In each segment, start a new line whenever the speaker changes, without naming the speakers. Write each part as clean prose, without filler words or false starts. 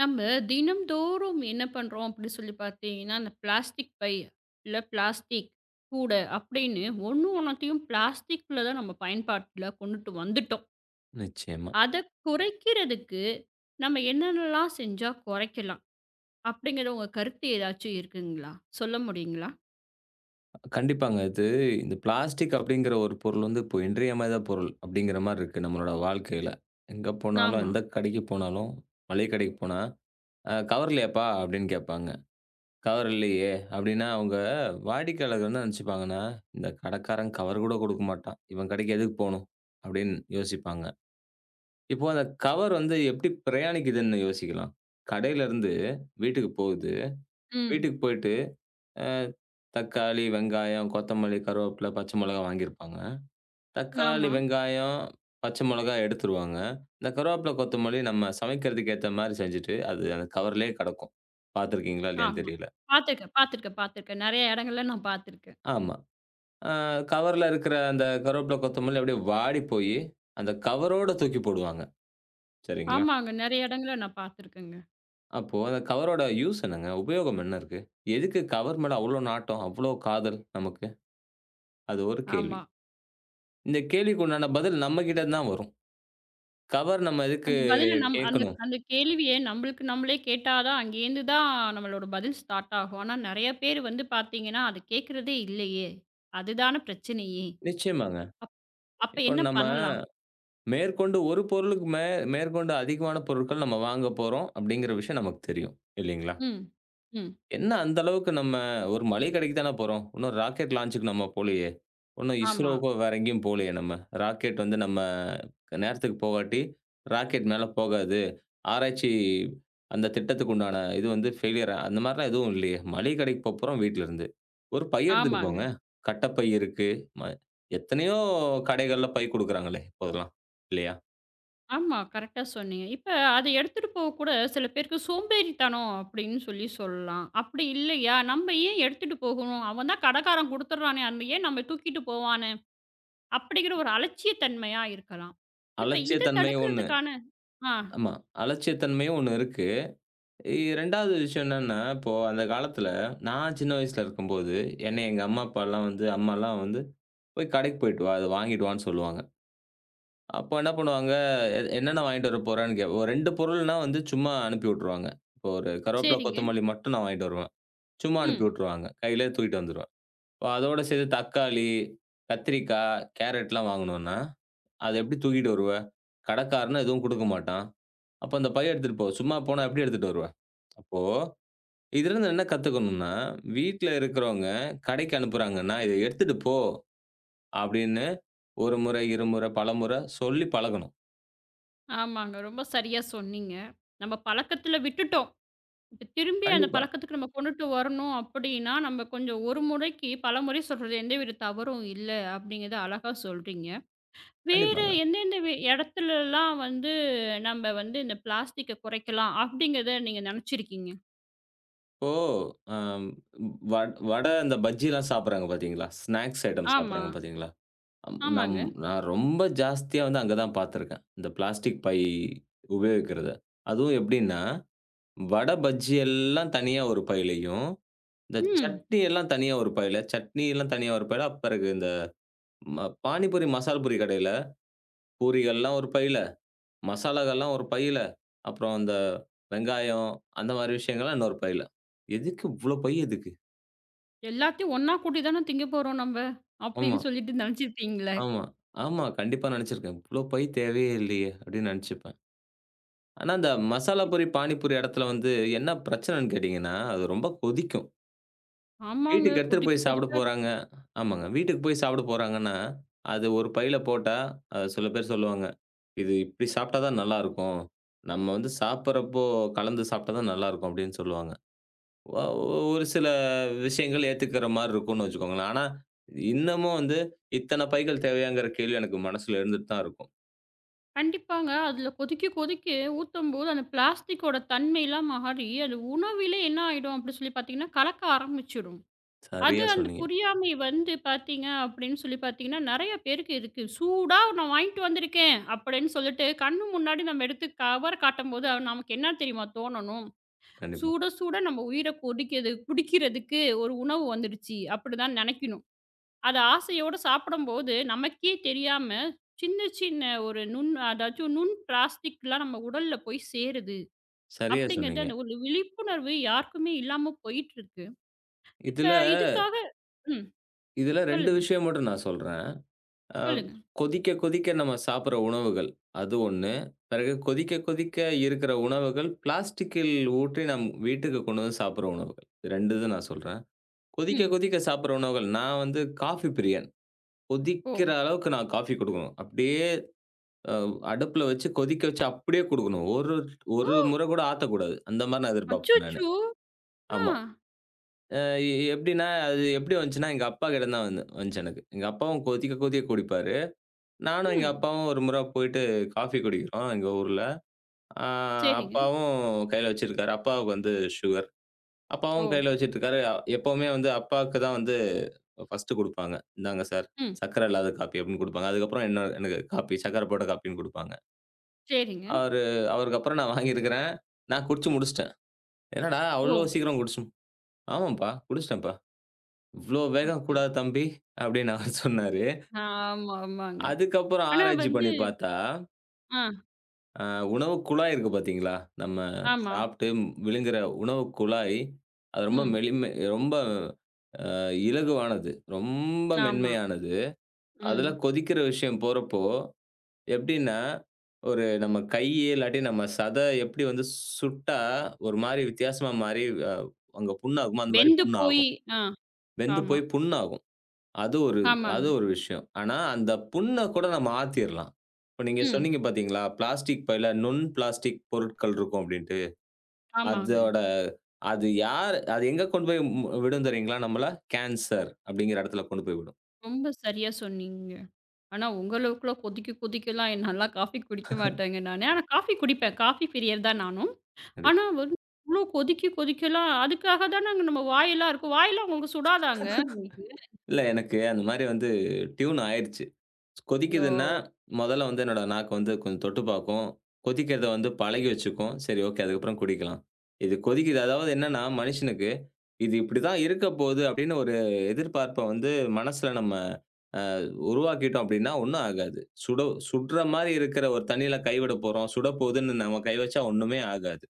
நம்ம தினம்தோறும் என்ன பண்றோம் அப்படி சொல்லி பார்த்தீங்கன்னா, அந்த பிளாஸ்டிக் பை, இல்ல பிளாஸ்டிக் கூடை அப்படின்னு ஒண்ணு ஒண்ணத்தையும் பிளாஸ்டிக்ல தான் நம்ம பயன்பாட்டுல கொண்டுட்டு வந்துட்டோம்.
நிச்சயமா.
அத குறைக்கிறதுக்கு நம்ம என்னென்னலாம் செஞ்சா குறைக்கலாம்? அப்படிங்கிற உங்க கருத்து ஏதாச்சும் இருக்குங்களா? சொல்ல முடியுங்களா?
கண்டிப்பாங்க. இந்த பிளாஸ்டிக் அப்படிங்கிற ஒரு பொருள் வந்து இப்போ இன்றியமையாத பொருள் அப்படிங்கிற மாரி இருக்கு நம்மளோட வாழ்க்கையில. எங்க போனாலும்,
ஆமா.
எந்த கடைக்கு போனாலும், மளிகை கடைக்கு போனா, கவர் இல்லையாப்பா?" அப்படின்னு கேட்பாங்க. "கவர் இல்லையே." அப்படின்னா அவங்க வாடிக்கையாளர்கள் என்ன நினைச்சுப்பாங்கன்னா, "இந்த கடைக்காரன் கவர் கூட குடுக்க மாட்டான். இவன் கடைக்கு எதுக்கு போணும்?" அப்படின்னு யோசிப்பாங்க. இப்போ அந்த கவர் வந்து எப்படி பிரயாணிக்குதுன்னு யோசிக்கலாம். கடையிலருந்து வீட்டுக்கு போகுது.
ம்.
வீட்டுக்கு போயிட்டு அ தக்காளி, வெங்காயம், கொத்தமல்லி, கருவேப்பில, பச்சை மொளகா வாங்கியிருப்பாங்க. தக்காளி,
ஆமா,
வெங்காயம், பச்சை மொளகா எடுத்துருவாங்க. இந்த கருவேப்பில, கொத்தமல்லி நம்ம சமைக்கிறதுக்கு ஏத்த மாரி செஞ்சுட்டு, அது அந்த கவர்லயே கெடக்கும். பார்த்துருக்கீங்களா இல்லையான்னு
ஆமா.
தெரியல.
பார்த்துருக்கேன், பார்த்துருக்கேன், பார்த்துருக்கேன். நெறைய இடங்கள்ல நான் பார்த்துருக்கேன்.
ஆமா. அ கவர்ல இருக்கிற அந்த கருவேப்பில, கொத்தமல்லி அப்படியே வாடி போயி, அந்த கவரோட தூக்கி போடுவாங்க. சரிங்களா?
ஆமாங்க. நெறைய இடங்கள்ல நான் பார்த்துருக்கேங்க.
அப்போ அந்த கவரோட யூஸ் என்னங்க? உபயோகம் என்ன இருக்கு? எதுக்கு கவர் மேல அவ்ளோ நாட்டம்? அவ்ளோ காதல் நமக்கு? அது ஒரு கேள்வி.
ஆமா.
இந்த கேள்விக்கு உண்டான பதில் நம்ம கிட்ட தான் வரும். கவர் நம்ம எதுக்கு
அந்த பதில நம் அந்த
கேட்கணும்?
அந்த கேள்விய நம்மளுக்கு நம்மளே கேட்டா தான், அங்கேருந்து தான் நம்மளோட பதில் ஸ்டார்ட் ஆகும். ஆனா நெறைய பேர் வந்து பார்த்தீங்கன்னா, அது கேட்கிறதே இல்லையே! அதுதான பிரச்சனையே!
நிச்சயமாங்க.
அப் அப்ப
இப்போ
என்ன
நம்ம
பண்ணலாம்?
மேற்கொண்டு ஒரு பொருளுக்கு மே மேற்கொண்டு அதிகமான பொருட்கள் நம்ம வாங்க போறோம் அப்படிங்கிற விஷயம் நமக்கு தெரியும். இல்லைங்களா?
ம். ம்.
என்ன அந்த அளவுக்கு நம்ம ஒரு மளிகை கடைக்கு தானே போறோம். ஒண்ணும் ராக்கெட் லாஞ்சுக்கு நம்ம போலயே. ஒண்ணும்
ஆமா.
இஸ்ரோவுக்கோ வேற எங்கேயும் போலயே நம்ம. ராக்கெட் வந்து நம்ம நேரத்துக்கு போகாட்டி, ராக்கெட் மேல போகாது. ஆராய்ச்சி அந்த திட்டத்துக்கு உண்டான இது வந்து ஃபெயிலியர் அந்த மாரிலாம் எதுவும் இல்லையே! மளிகை கடைக்கு போப்போறோம் வீட்ல இருந்து. ஒரு பை எடுத்துட்டு
ஆமாங்க.
போங்க. கட்ட பை இருக்கு. ம எத்தனையோ கடைகள்ல பை குடுக்குறாங்களே இப்போதெல்லாம். இல்லையா?
ஆமா. கரெக்ட்டா சொன்னீங்க. இப்ப அத எடுத்துட்டு போக கூட சில பேருக்கு சோம்பேறித்தனம் அப்படின்னு சொல்லி சொல்லலாம். அப்படி இல்லையா? நம்ம ஏன் எடுத்துட்டு போகணும்? அவன் தான் கடைக்காரன் குடுத்துடுறானே! அந்த ஏன் நம்ம தூக்கிட்டு போவானே! அப்படிங்கிற ஒரு அலட்சியத்தன்மையா இருக்கலாம். இப்ப இத
அலட்சியத்தன்மை ஒண்ணு.
தடுக்கிறதுக்கான ஆ
ஆமா. அலட்சியத்தன்மையும் ஒண்ணு இருக்கு. 2வது விஷயம் என்னன்னா, இப்போ அந்த காலத்துல நான் சின்ன வயசுல இருக்கும்போது, என்னைய எங்க அம்மாலாம் வந்து "போய் கடைக்கு போயிட்டு வா. அத வாங்கிட்டு வான்னு" சொல்லுவாங்க. அப்ப என்ன பண்ணுவாங்க, எ என்னென்ன வாங்கிட்டு வர போறேன்னு கே ஒரு 2 பொருள்னா வந்து சும்மா அனுப்பி விட்டுருவாங்க. இப்போ ஒரு கருவேப்பில,
சரிங்க.
கொத்தமல்லி மட்டும் நான் வாங்கிட்டு வருவேன். சும்மா அனுப்பி
ம்.
விட்டுருவாங்க. கையிலேயே தூக்கிட்டு வந்துருவேன். இப்போ அதோட சேர்த்து தக்காளி, கத்திரிக்காய், கேரட்லாம் வாங்கணும்னா, அத எப்படி தூக்கிட்டு வருவ? கடைக்காரனும் எதுவும் குடுக்க மாட்டான். அப்ப அந்த பை எடுத்துட்டு போ. சும்மா போனா எப்படி எடுத்துட்டு வருவ? அப்போ இதிலிருந்து என்ன கத்துக்கணும்னா, வீட்ல இருக்கிறவங்க கடைக்கு அனுப்புறாங்கன்னா, "இத எடுத்துட்டு போ" அப்படின்னு 1 முறை, 2 முறை, பலமுறை சொல்லி பழகணும்.
ஆமாங்க. ரொம்ப சரியா சொன்னீங்க. நம்ம பழக்கத்துல விட்டுட்டோம். இப்ப திரும்பி அந்த
கண்டிப்பா,
பழக்கத்துக்கு நம்ம கொண்டுட்டு வரணும் அப்படின்னா, நம்ம கொஞ்சம் ஒரு முறைக்கு பலமுறை சொல்றது எந்தவித தவறும் இல்ல அப்படிங்கிறத அழகா சொல்றீங்க. வேற
கண்டிப்பாங்க.
எந்தெந்த இடத்துலலாம் வந்து நம்ம வந்து இந்த பிளாஸ்டிக்க குறைக்கலாம் அப்படிங்கிறத நீங்க நினைச்சிருக்கீங்க?
இப்போ அம் வட் வடை அந்த பஜ்ஜிலாம் சாப்பிடுறாங்க பார்த்தீங்களா? ஸ்நாக்ஸ் ஐட்டம்
ஆமா.
சாப்பிடுறாங்க பார்த்தீங்களா? அம் நம்
ஆமாங்க.
நான் ரொம்ப ஜாஸ்தியா வந்து அங்க தான் பார்த்துருக்கேன். இந்த பிளாஸ்டிக் பை உபயோகிக்கிறத. அதுவும் எப்படின்னா, வடை, பஜ்ஜி எல்லாம் தனியா ஒரு பையிலயும், இந்த
ம்.
சட்னி எல்லாம் தனியா ஒரு பையில, சட்னி எல்லாம் தனியா ஒரு பையில, பிறகு இந்த ம பானிபூரி, மசால் பூரி கடையில பூரிகள்லாம் ஒரு பையில, மசாலாகள்லாம் ஒரு பையில, அப்புறம் அந்த வெங்காயம் அந்த மாரி விஷயங்கள்லாம் இன்னொரு பையில. எதுக்கு இவ்ளோ பை எதுக்கு?
எல்லாத்தையும் ஒண்ணா கூட்டி தானே திங்க போறோம் நம்ம.
ஆமா.
அப்படின்னு சொல்லிட்டு நினைச்சிருப்பீங்களே.
ஆமா, ஆமா. கண்டிப்பா நெனச்சிருக்கேன். இவ்ளோ பை தேவையே இல்லையே! அப்டின்னு நெனச்சுப்பேன். ஆனா, அந்த மசாலா
இப்-
பூரி, பானிபூரி எடத்துல வந்து என்ன பிரச்சனன்னு கேட்டீங்கன்னா, அது ரொம்ப கொதிக்கும்.
ஆமாங்க.
வீட்டுக்கு எடுத்துட்டு
கொதிக்க
போய் சாப்பிட
கொதிக்க
போறாங்க.
இருக்கும்.
ஆமாங்க. வீட்டுக்கு போய் சாப்பிட போறாங்கன்னா, அது ஒரு பையில போட்டா, சில பேர் சொல்லுவாங்க. "இது இப்டி சாப்ட்டா தான் நல்லாருக்கும். நம்ம வந்து சாப்பிடுறப்போ கலந்து சாப்ட்டா தான் நல்லாருக்கும்" அப்டின்னு சொல்லுவாங்க. ஒ ஒரு சில விஷயங்கள் ஏத்துக்கிற மாரி இருக்கும்னு வச்சுக்கோங்களேன். ஆனா, இன்னமும் வந்து இத்தன பைகள் தேவையாங்கிற கேள்வி எனக்கு மனசுல இருந்துட்டு தான் இருக்கும்.
கண்டிப்பாங்க. அதுல கொதிக்க கொதிக்க ஊத்தும்போது அந்த பிளாஸ்டிக்கோட தன்மைலாம் மாறி, அது உணவிலே என்ன ஆயிடும் அப்படின்னு சொல்லி பார்த்தீங்கன்னா, கலக்க ஆரம்பிச்சுடும். அது
சரியா
அந்த
சொன்னீங்க.
புரியாமை வந்து பார்த்தீங்க அப்படின்னு சொல்லி பார்த்தீங்கன்னா, நெறைய பேருக்கு இருக்கு. சூடா நான் வாங்கிட்டு வந்திருக்கேன் அப்படின்னு சொல்லிட்டு, கண்ணு முன்னாடி நம்ம எடுத்து கவர் காட்டும்போது நமக்கு என்ன தெரியுமா தோணணும்?
கண்டிப்பா.
சுட சுட நம்ம உயிர கொதிக்குது குடிக்கிறதுக்கு ஒரு உணவு வந்துடுச்சு அப்படிதான் நினைக்கணும். அத ஆசையோட சாப்பிடும்போது நமக்கே தெரியாம சின்ன சின்ன ஒரு நுண் அதாச்சும் நுண் பிளாஸ்டிக்லாம் நம்ம உடல்ல போய் சேருது
சரியா
அப்படிங்கிறது
சொன்னீங்க.
அந்த ஒரு விழிப்புணர்வு யாருக்குமே இல்லாம போயிட்டு இருக்கு. இப்ப
இதுல
இதுக்காக ம்.
இதுல 2
சொல்லுங்க,
விஷயம் மட்டும் நான் சொல்றேன். அ
சொல்லுங்க.
கொதிக்க கொதிக்க நம்ம சாப்பிடுற உணவுகள், அது 1. பிறகு கொதிக்க கொதிக்க இருக்கிற உணவுகள், பிளாஸ்டிக்கில் ஊற்றி நம் வீட்டுக்கு கொண்டு வந்து சாப்பிடுற உணவுகள். 2 இது நான் சொல்றேன். கொதிக்க
ம்.
கொதிக்க சாப்பிடுற உணவுகள், நான் வந்து காஃபி பிரியன்.
ஓ!
கொதிக்கிற அளவுக்கு நான் காஃபி குடுக்கணும். அப்படியே அ அடுப்புல வச்சு கொதிக்க வச்சு அப்படியே குடுக்கணும். ஒரு ஒரு முறை கூட ஆத்தக்கூடாது. அந்த மாரி நான் எதிர்பார்ப்பேன் நானு.
அச்சச்சோ! ஆ.
ஆமா. அ எ எப்படின்னா, அது எப்படி வந்துச்சுன்னா, எங்க அப்பாகிட்டதான் வந்துச்சு எனக்கு. எங்க அப்பாவும் கொதிக்க கொதிக்க குடிப்பாரு. நானும் எங்க
ம்.
அப்பாவும் ஒரு முறை போயிட்டு காஃபி குடிக்கிறோம் எங்க ஊர்ல. ஆ
சரிங்க.
அப்பாவும் கையில வச்சிருக்காரு. அப்பாவுக்கு வந்து சுகர்.
ஓ!
அப்பாவும் கையில வச்சுட்டுருக்காரு. எப்பவுமே வந்து அப்பாவுக்கு தான் வந்து ஃபர்ஸ்ட்டு குடுப்பாங்க. "இந்தாங்க சார்,
ம்.
சர்க்கரை இல்லாத காப்பி" அப்படின்னு குடுப்பாங்க. அதுக்கப்புறம் என்ன எனக்கு காப்பி, சர்க்கரை போட்ட காப்பின்னு குடுப்பாங்க.
சரிங்க.
அவரு அவருக்கு அப்புறம் நான் வாங்கியிருக்கிறேன். நான் குடிச்சு முடிச்சுட்டேன். "என்னடா
ஓ!
அவ்வளோ சீக்கிரம் குடிச்சு" "ஆமாம்ப்பா, குடிச்சுட்டேன்ப்பா" "இவ்ளோ வேகம்
அச்சோ!
கூடாது தம்பி" அப்படின்னு அவர் சொன்னாரு.
ஆமா, ஆமாங்க.
அதுக்கப்புறம்
ஆனா
ஆராய்ச்சி
வந்து
பண்ணி பார்த்தா,
ஆ,
அ உணவு குழாய் இருக்கு பார்த்தீங்களா? நம்ம
ஆமா.
சாப்பிட்டு விழுங்குற உணவு குழாய், அது ரொம்ப
ம்.
மெலிமை ரொம்ப அ இலகுவானது. ரொம்ப
ஆமா.
மென்மையானது. அதுல
ம்.
கொதிக்கிற விஷயம் போறப்போ எப்படின்னா, ஒரு நம்ம கை இல்லாட்டி நம்ம சதை எப்படி வந்து சுட்டா ஒரு மாரி வித்தியாசமா மாறி அ அங்க புண்ணாகுமோ, அந்த மாரி
வெந்து போய்
புண்ணாகும்.
ஆ
வெந்து
ஆமா.
போய் புண்ணாகும். அது ஒரு
ஆமாங்க.
அது ஒரு விஷயம். ஆனா, அந்த புண்ண கூட நம்ம ஆத்திரலாம். இப்ப நீங்க
ம்.
சொன்னீங்க பார்த்தீங்களா, பிளாஸ்டிக் பையில நுண் பிளாஸ்டிக் பொருட்கள் இருக்கும் அப்டின்ட்டு.
ஆமாங்க.
அதோட அது யார் அது எங்க கொண்டு போய் விடும் தெரியுங்களா நம்மள? கேன்சர் அப்டிங்கிற இடத்துல கொண்டு போய் விடும்.
ரொம்ப சரியா சொன்னீங்க. ஆனா உங்களவுக்குள்ள கொதிக்க கொதிக்கலாம் நல்லா காஃபி குடிக்க மாட்டேங்க நானு. ஆனா காஃபி குடிப்பேன். காஃபி பிரியர் தான் நானும். ஆனா வந்து இவ்ளோ கொதிக்க கொதிக்கலாம் அதுக்காக தானங்க நம்ம வாயெல்லாம் இருக்கும். வாயெல்லாம் உங்களுக்கு சுடாதாங்க உங்களுக்கு?
இல்ல எனக்கு அந்த மாரி வந்து டியூன் ஆயிடுச்சு. கொதிக்குதுன்னா,
ஓ!
மொதல்ல வந்து என்னோட நாக்கு வந்து கொஞ்சம் தொட்டு பாக்கும். கொதிக்கிறத வந்து பழகி வச்சுக்கும். சரி ஓகே. அதுக்கப்புறம் குடிக்கலாம். இது கொதிக்குது. அதாவது என்னன்னா, மனுஷனுக்கு இது இப்படிதான் இருக்க போகுது அப்படின்னு ஒரு எதிர்பார்ப்ப வந்து மனசுல நம்ம அ உருவாக்கிட்டோம் அப்படின்னா, ஒண்ணும் ஆகாது. சுட சுடுற மாரி இருக்கிற ஒரு தண்ணீல கை விட போறோம். சுடப்போகுதுன்னு நம்ம கை வச்சா ஒண்ணுமே ஆகாது.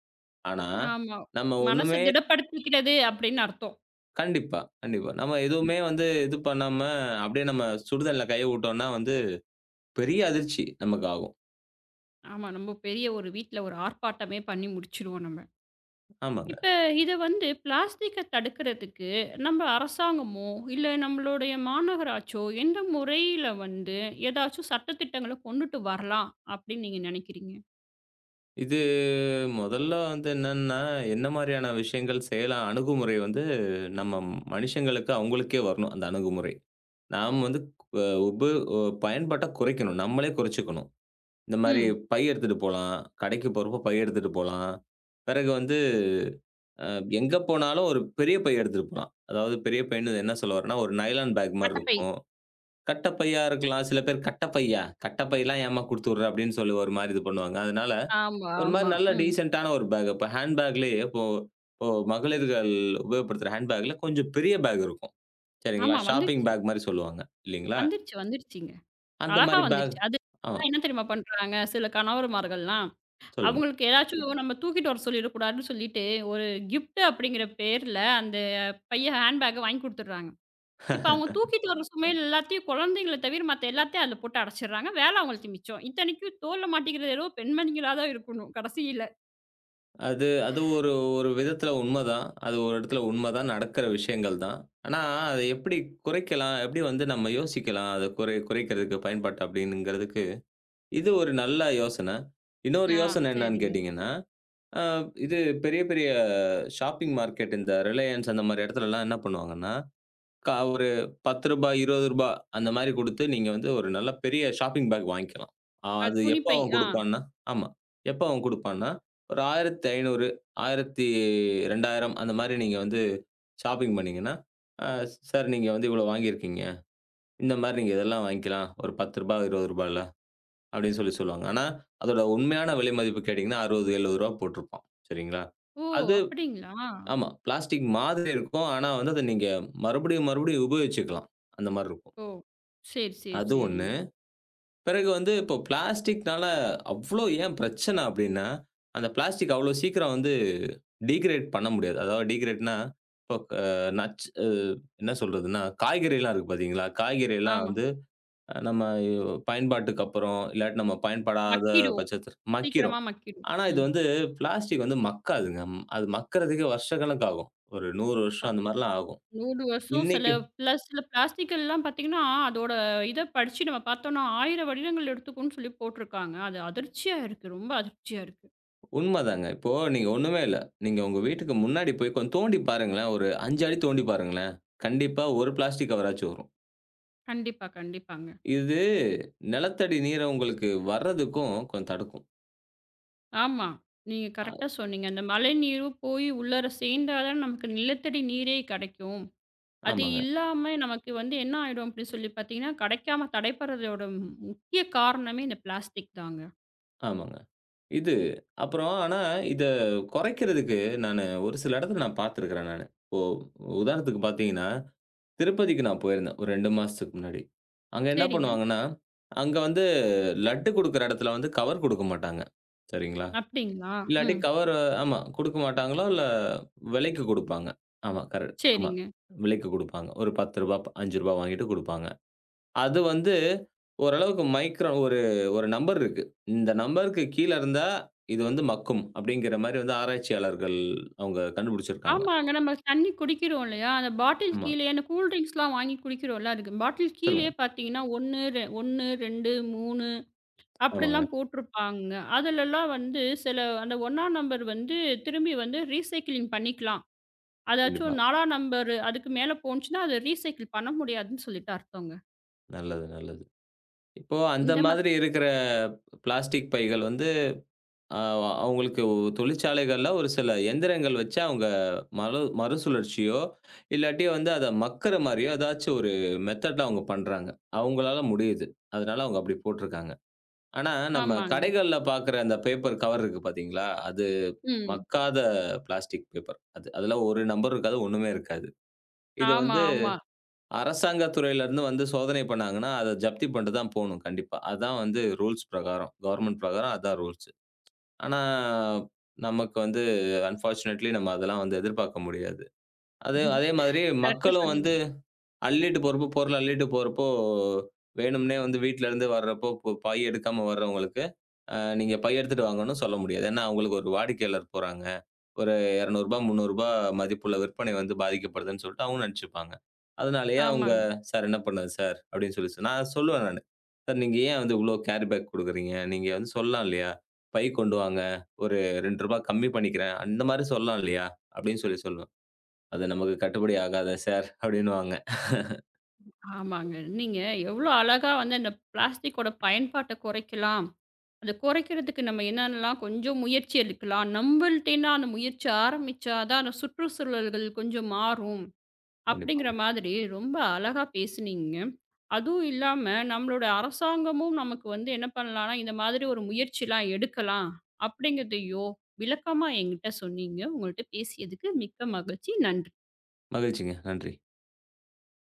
ஆனா,
ஆமா.
நம்ம
மனச
ஒண்ணுமே
திடப்படுத்திக்கிறது அப்படின்னு அர்த்தம்.
கண்டிப்பா, கண்டிப்பா. நம்ம எதுவுமே வந்து இது பண்ணாம அப்படியே நம்ம சுடுதண்ணில கைய விட்டோம்னா வந்து பெரிய அதிர்ச்சி நமக்கு ஆகும்.
ஆமா. நம்ம பெரிய ஒரு வீட்ல ஒரு ஆர்ப்பாட்டமே பண்ணி முடிச்சுருவோம் நம்ம.
ஆமாங்க.
இப்ப இத வந்து பிளாஸ்டிக்க தடுக்கிறதுக்கு நம்ம அரசாங்கமோ, இல்ல நம்மளுடைய மாநகராட்சோ எந்த முறையில வந்து ஏதாச்சும் சட்டதிட்டங்கள கொண்டுட்டு வரலாம் அப்படின்னு நீங்க நினைக்கிறீங்க?
இது முதல்ல வந்து என்னன்னா, என்ன மாரியான விஷயங்கள் செய்யலாம்? அணுகுமுறை வந்து நம்ம மனுஷங்களுக்கு அவங்களுக்கே வரணும், அந்த அணுகுமுறை. நாம் வந்து அ உப அ பயன்பாட்ட குறைக்கணும். நம்மளே குறைச்சுக்கணும். இந்த மாரி
ம்.
பை எடுத்துட்டு போலாம். கடைக்கு போறப்போ பை எடுத்துட்டு போலாம். பிறகு வந்து அ எங்க போனாலும் ஒரு பெரிய பை எடுத்துட்டு போலாம். அதாவது பெரிய பைன்னு என்ன சொல்ல வரேன்னா, ஒரு நைலான் பேக் மாரி
மட்டப்பை.
இருக்கும். கட்டப்பையா இருக்கலாம். சில பேர் "கட்டப்பையா? கட்டப்பைலாம் ஏம்மா குடுத்து விடுற?" அப்படின்னு சொல்லி ஒரு மாரி இது பண்ணுவாங்க. அதனால
ஆமா,
ஒரு மாரி
ஆமா.
நல்ல
ம்.
டீசென்ட்டான ஒரு பேக். இப்போ மகளிர்கள் உபயோகப்படுத்துற ஹேண்ட் பேக்ல கொஞ்சம் பெரிய பேக் இருக்கும். சரிங்களா?
ஆமா
ஷாப்பிங்
வந்துருச்சு.
பேக் மாரி சொல்லுவாங்க. இல்லீங்களா?
வந்துருச்சு, வந்துருச்சுங்க.
அந்த
அழகா
மாரி பேக்.
வந்துருச்சு. அது
ஆமா.
என்ன தெரியுமா பண்றாங்க? சில கணவர்மார்கள்லாம்,
சொல்லுங்க.
அவங்களுக்கு ஏதாச்சும் நம்ம தூக்கிட்டு வர சொல்லிடக்கூடாதுன்னு சொல்லிட்டு, ஒரு கிஃப்ட் அப்படிங்கிற பேர்ல அந்த பைய ஹேண்ட் பேக்க வாங்கி குடுத்துடுறாங்க. இப்ப அவங்க தூக்கிட்டு வர சுமையில எல்லாத்தையும் குழந்தைங்கள தவிர மத்த எல்லாத்தையும் அதில போட்டு அடைச்சிடுறாங்க. வேலை அவங்களுக்கு மிச்சம். இத்தனைக்கும் தோள்ல மாட்டிக்கிறது ஏதோ பெண்மணிகளா தான் இருக்கணும் கடைசியில.
அது அது ஒரு ஒரு விதத்துல உண்மதான். அது ஒரு இடத்துல உண்மதான். நடக்கிற விஷயங்கள் தான். ஆனா, அத எப்படி குறைக்கலாம்? எப்படி வந்து நம்ம யோசிக்கலாம்? அத குறைக்கிறதுக்கு பயன்பாட்ட அப்படின்ங்கிறதுக்கு, இது ஒரு நல்ல யோசனை. இன்னொரு
ஆ
யோசனை என்னன்னு
சரிங்க.
கேட்டீங்கன்னா அ இது பெரிய, பெரிய ஷாப்பிங் மார்க்கெட் இந்த ரிலையன்ஸ் அந்த மாரி இடத்துலலாம் என்ன பண்ணுவாங்கன்னா, ஒரு ரூ. 10 ரூ. 20 அந்த மாரி குடுத்து நீங்க வந்து ஒரு நல்ல பெரிய ஷாப்பிங் பேக் வாங்கிக்கலாம். அது எப்ப
துணிப்பை.
அவன்
ஆ.
குடுப்பான்னா ஆமா. எப்ப அவன் குடுப்பான்னா, ஒரு 1500 1200 அந்த மாரி நீங்க வந்து ஷாப்பிங் பண்ணீங்கன்னா, அ சார் நீங்க வந்து இவ்வளோ வாங்கியிருக்கீங்க. இந்த மாரி நீங்க இதெல்லாம் வாங்கிக்கலாம். ஒரு ரூ. 10 ரூ. 20ல அப்படின்னு சொல்லி சொல்லுவாங்க. ஆனா, அதோட உண்மையான விலை மதிப்பு கேட்டீங்கன்னா, ரூ. 60 ரூ. 70 போட்டிருப்பான். சரிங்களா?
ஓ!
அது
அப்படிங்களா?
ஆமா. பிளாஸ்டிக் மாதிரி இருக்கும். ஆனா வந்து அத நீங்க மறுபடியும், மறுபடியும் உபயோகிச்சுக்கலாம். அந்த மாரி இருக்கும்.
ஓ! சரி, சரி,
அது ஒண்ணு.
சரிங்க.
பிறகு வந்து இப்போ பிளாஸ்டிக்னால அவ்ளோ ஏன் பிரச்சனை அப்டின்னா, அந்த பிளாஸ்டிக் அவ்ளோ சீக்கிரம் வந்து டீகிரேட் பண்ண முடியாது. அதாவது டீகிரேட்னா, இப்போ க நச்சு அ என்ன சொல்றதுன்னா, காய்கறிலாம் இருக்கு பார்த்தீங்களா? காய்கறிலாம்
ஆமா.
வந்து நம்ம பயன்பாட்டுக்கு அப்புறம், இல்லாட்டி நம்ம பயன்படாத
மக்கிடும்.
பட்சத்தில மக்கிரும்.
சீக்கிரமா மக்கிடும்.
ஆனா இது
ம்.
வந்து பிளாஸ்டிக் வந்து மக்காதுங்க. ம், அது மக்கறதுக்கே வருஷக்கணக்காகும். ஒரு 100
ப
வருஷம் அந்த மாரிலாம் ஆகும்.
100 வருஷம் சில
இன்னைக்கு
சில பிளாஸ்டிக்கெல்லாம் பார்த்தீங்கன்னா, அதோட இத படிச்சு நம்ம பார்த்தோம்னா 1000 வருடங்கள் எடுத்துக்கும்ன்னு சொல்லி போட்டிருக்காங்க. அது அதிர்ச்சியா இருக்கு. ரொம்ப அதிர்ச்சியா இருக்கு.
உண்மதாங்க. இப்போ நீங்க ஒண்ணுமே இல்ல. நீங்க உங்க வீட்டுக்கு முன்னாடி போய் கொஞ்சம் தோண்டி பாருங்களேன். ஒரு 5 அடி தோண்டி பாருங்களேன். கண்டிப்பா ஒரு பிளாஸ்டிக் கவராச்சும் வரும்.
கண்டிப்பா, கண்டிப்பாங்க.
இது நிலத்தடி நீர உங்களுக்கு வர்றதுக்கும் கொஞ்சம் தடுக்கும்.
ஆமா. நீங்க
அ
கரெக்ட்டா சொன்னீங்க. அந்த மழைநீரும் போய் உள்ளார சேர்ந்தா தான் நமக்கு நிலத்தடி நீரே கிடைக்கும். அது
ஆமாங்க,
இல்லாம நமக்கு வந்து என்ன ஆயிடும் அப்படின்னு சொல்லி பார்த்தீங்கன்னா, கிடைக்காம தடைப்படுறதோட முக்கிய காரணமே இந்த பிளாஸ்டிக் தாங்க.
ஆமாங்க. இது அப்புறம் ஆனா இத குறைக்கிறதுக்கு நானு ஒரு சில இடத்துல நான் பார்த்துருக்கிறேன் நானு. உதாரணத்துக்கு பார்த்தீங்கன்னா, திருப்பதிக்கு நான் போயிருந்தேன். ஒரு 2 மாசத்துக்கு முன்னாடி. அங்க என்ன
சரிங்க.
பண்ணுவாங்கன்னா, அங்க வந்து லட்டு குடுக்குற இடத்துல வந்து கவர் குடுக்க மாட்டாங்க. சரிங்களா?
அப்படிங்களா?
இல்லாட்டி
ம்.
கவர் ஆமா. குடுக்க மாட்டாங்களோ, இல்ல விலைக்கு குடுப்பாங்க. ஆமா கரெக்ட். ஆமா.
சரிங்க.
விலைக்கு குடுப்பாங்க. ஒரு ரூ. 10 ரூ. 5 வாங்கிட்டு குடுப்பாங்க. அது வந்து ஓரளவுக்கு மைக்ரோ ஒரு ஒரு நம்பர் இருக்கு. இந்த நம்பருக்கு கீழ இருந்தா இது வந்து மக்கும். அப்படிங்கிற மாரி வந்து ஆராய்ச்சியாளர்கள் அவங்க கண்டுபிடிச்சிருக்காங்க.
ஆமாங்க. நம்ம தண்ணி குடிக்கிறோம் இல்லையா? அந்த பாட்டில்
ஆமா.
கீழயே அந்த கூல் ட்ரிங்க்ஸ்லாம் வாங்கி குடிக்கிறோம்ல, அதுக்கு பாட்டில்
சொல்லுங்க.
கீழயே பார்த்தீங்கன்னா 1, 2 1, 2, 3
ஆமாங்க.
அப்படிலாம் போட்டிருப்பாங்க. அதுலலாம் வந்து சில அந்த 1ஆம் நம்பர் வந்து திரும்பி வந்து ரீசைக்கிளிங் பண்ணிக்கலாம்.
கண்டிப்பா.
அதாச்சும் 4ஆம் நம்பரு அதுக்கு மேல போணுச்சுன்னா, அத ரீசைக்கிள் பண்ண முடியாதுன்னு சொல்லிட்டு அர்த்தங்க.
நல்லது, நல்லது. இப்போ அந்த
இந்த மா
மாதிரி இருக்கிற பிளாஸ்டிக் பைகள் வந்து ஆ அவங்களுக்கு தொழிற்சாலைகள்ல ஒரு சில எந்திரங்கள் வச்சு அவங்க மறுசுழற்சியோ, இல்லாட்டி வந்து அத மக்குற மாரியோ ஏதாச்சும் ஒரு மெத்தட்ல அவங்க பண்றாங்க. அவங்களால முடியுது. அதனால அவங்க அப்படி போட்டிருக்காங்க. ஆனா நம்ம
ஆமாங்க.
கடைகள்ல பாக்குற அந்த பேப்பர் கவர் இருக்கு பாத்தீங்களா? அது
ம்.
மக்காத பிளாஸ்டிக் பேப்பர். அதுல ஒரு நம்பர் இருக்காது. ஒண்ணுமே இருக்காது. இது
ஆமா,
வந்து
ஆமா.
அரசாங்க துறையில இருந்து வந்து சோதனை பண்ணாங்கன்னா, அத ஜப்தி பண்ணிட்டு தான் போணும் கண்டிப்பா. அதான் வந்து ரூல்ஸ் பிரகாரம். கவர்ன்மெண்ட் பிரகாரம் அதான் ரூல்ஸ். ஆனா, நமக்கு வந்து அன்ஃபார்ச்சுனேட்லி நம்ம அதெல்லாம் வந்து எதிர்பார்க்க முடியாது. அது அதே மாதிரி
கரெக்ட்டா
மக்களும்
சொன்னீங்க.
வந்து அள்ளிட்டு போறப்போ, பொருள் அள்ளிட்டு போறப்போ, வேணும்னே வந்து வீட்லருந்து வர்றப்போ பை எடுக்காம வர்றவங்களுக்கு, நீங்க பை எடுத்துட்டு வாங்கன்னு சொல்ல முடியாது. ஏன்னா, அவங்களுக்கு ஒரு வாடிக்கையாளர் போறாங்க. ஒரு ரூ. 200 ரூ. 300 மதிப்புள்ள விற்பனை வந்து பாதிக்கப்படுதுன்னு சொல்லிட்டு அவங்க நினைச்சுப்பாங்க. அதனாலேயே அவங்க,
ஆமாங்க,
"சார் என்ன பண்ணது சார்?" அப்படின்னு சொல்லி சொன்னா நான் சொல்லுவேன் நானு. "சார் நீங்க ஏன் வந்து இவ்ளோ கேரி பேக் குடுக்குறீங்க? நீங்க வந்து சொல்லலாம் இல்லையா? பை கொண்டு வாங்க. ஒரு ரூ. 2 கம்மி பண்ணிக்கிறேன்." அந்த மாரி சொல்லலாம் இல்லையா? அப்படின்னு சொல்லி சொல்லுவேன். "அது நமக்கு கட்டுப்படி ஆகாதே சார்" அப்படின்னுவாங்க.
ஆமாங்க. நீங்க எவ்வளோ அழகா வந்து அந்த பிளாஸ்டிக்கோட பயன்பாட்ட குறைக்கலாம். அத குறைக்கிறதுக்கு நம்ம என்னென்னலாம் கொஞ்சம் முயற்சி எடுக்கலாம். நம்மள்ட்டேருந்து அந்த முயற்சி ஆரம்பிச்சா தான் அந்த சுற்றுச்சூழல்கள் கொஞ்சம் மாறும். அப்படிங்கிற
கண்டிப்பாங்க.
மாதிரி ரொம்ப அழகா பேசுனீங்க. அதுவும் இல்லாம நம்மளோட அரசாங்கமும் நமக்கு வந்து என்ன பண்ணலாம்னா, இந்த மாதிரி ஒரு முயற்சிலாம் எடுக்கலாம் அப்படிங்கிறதையும் விளக்கமா என்கிட்ட சொன்னீங்க. உங்கள்ட்ட பேசியதுக்கு மிக்க மகிழ்ச்சி. நன்றி.
மகிழ்ச்சிங்க. நன்றி.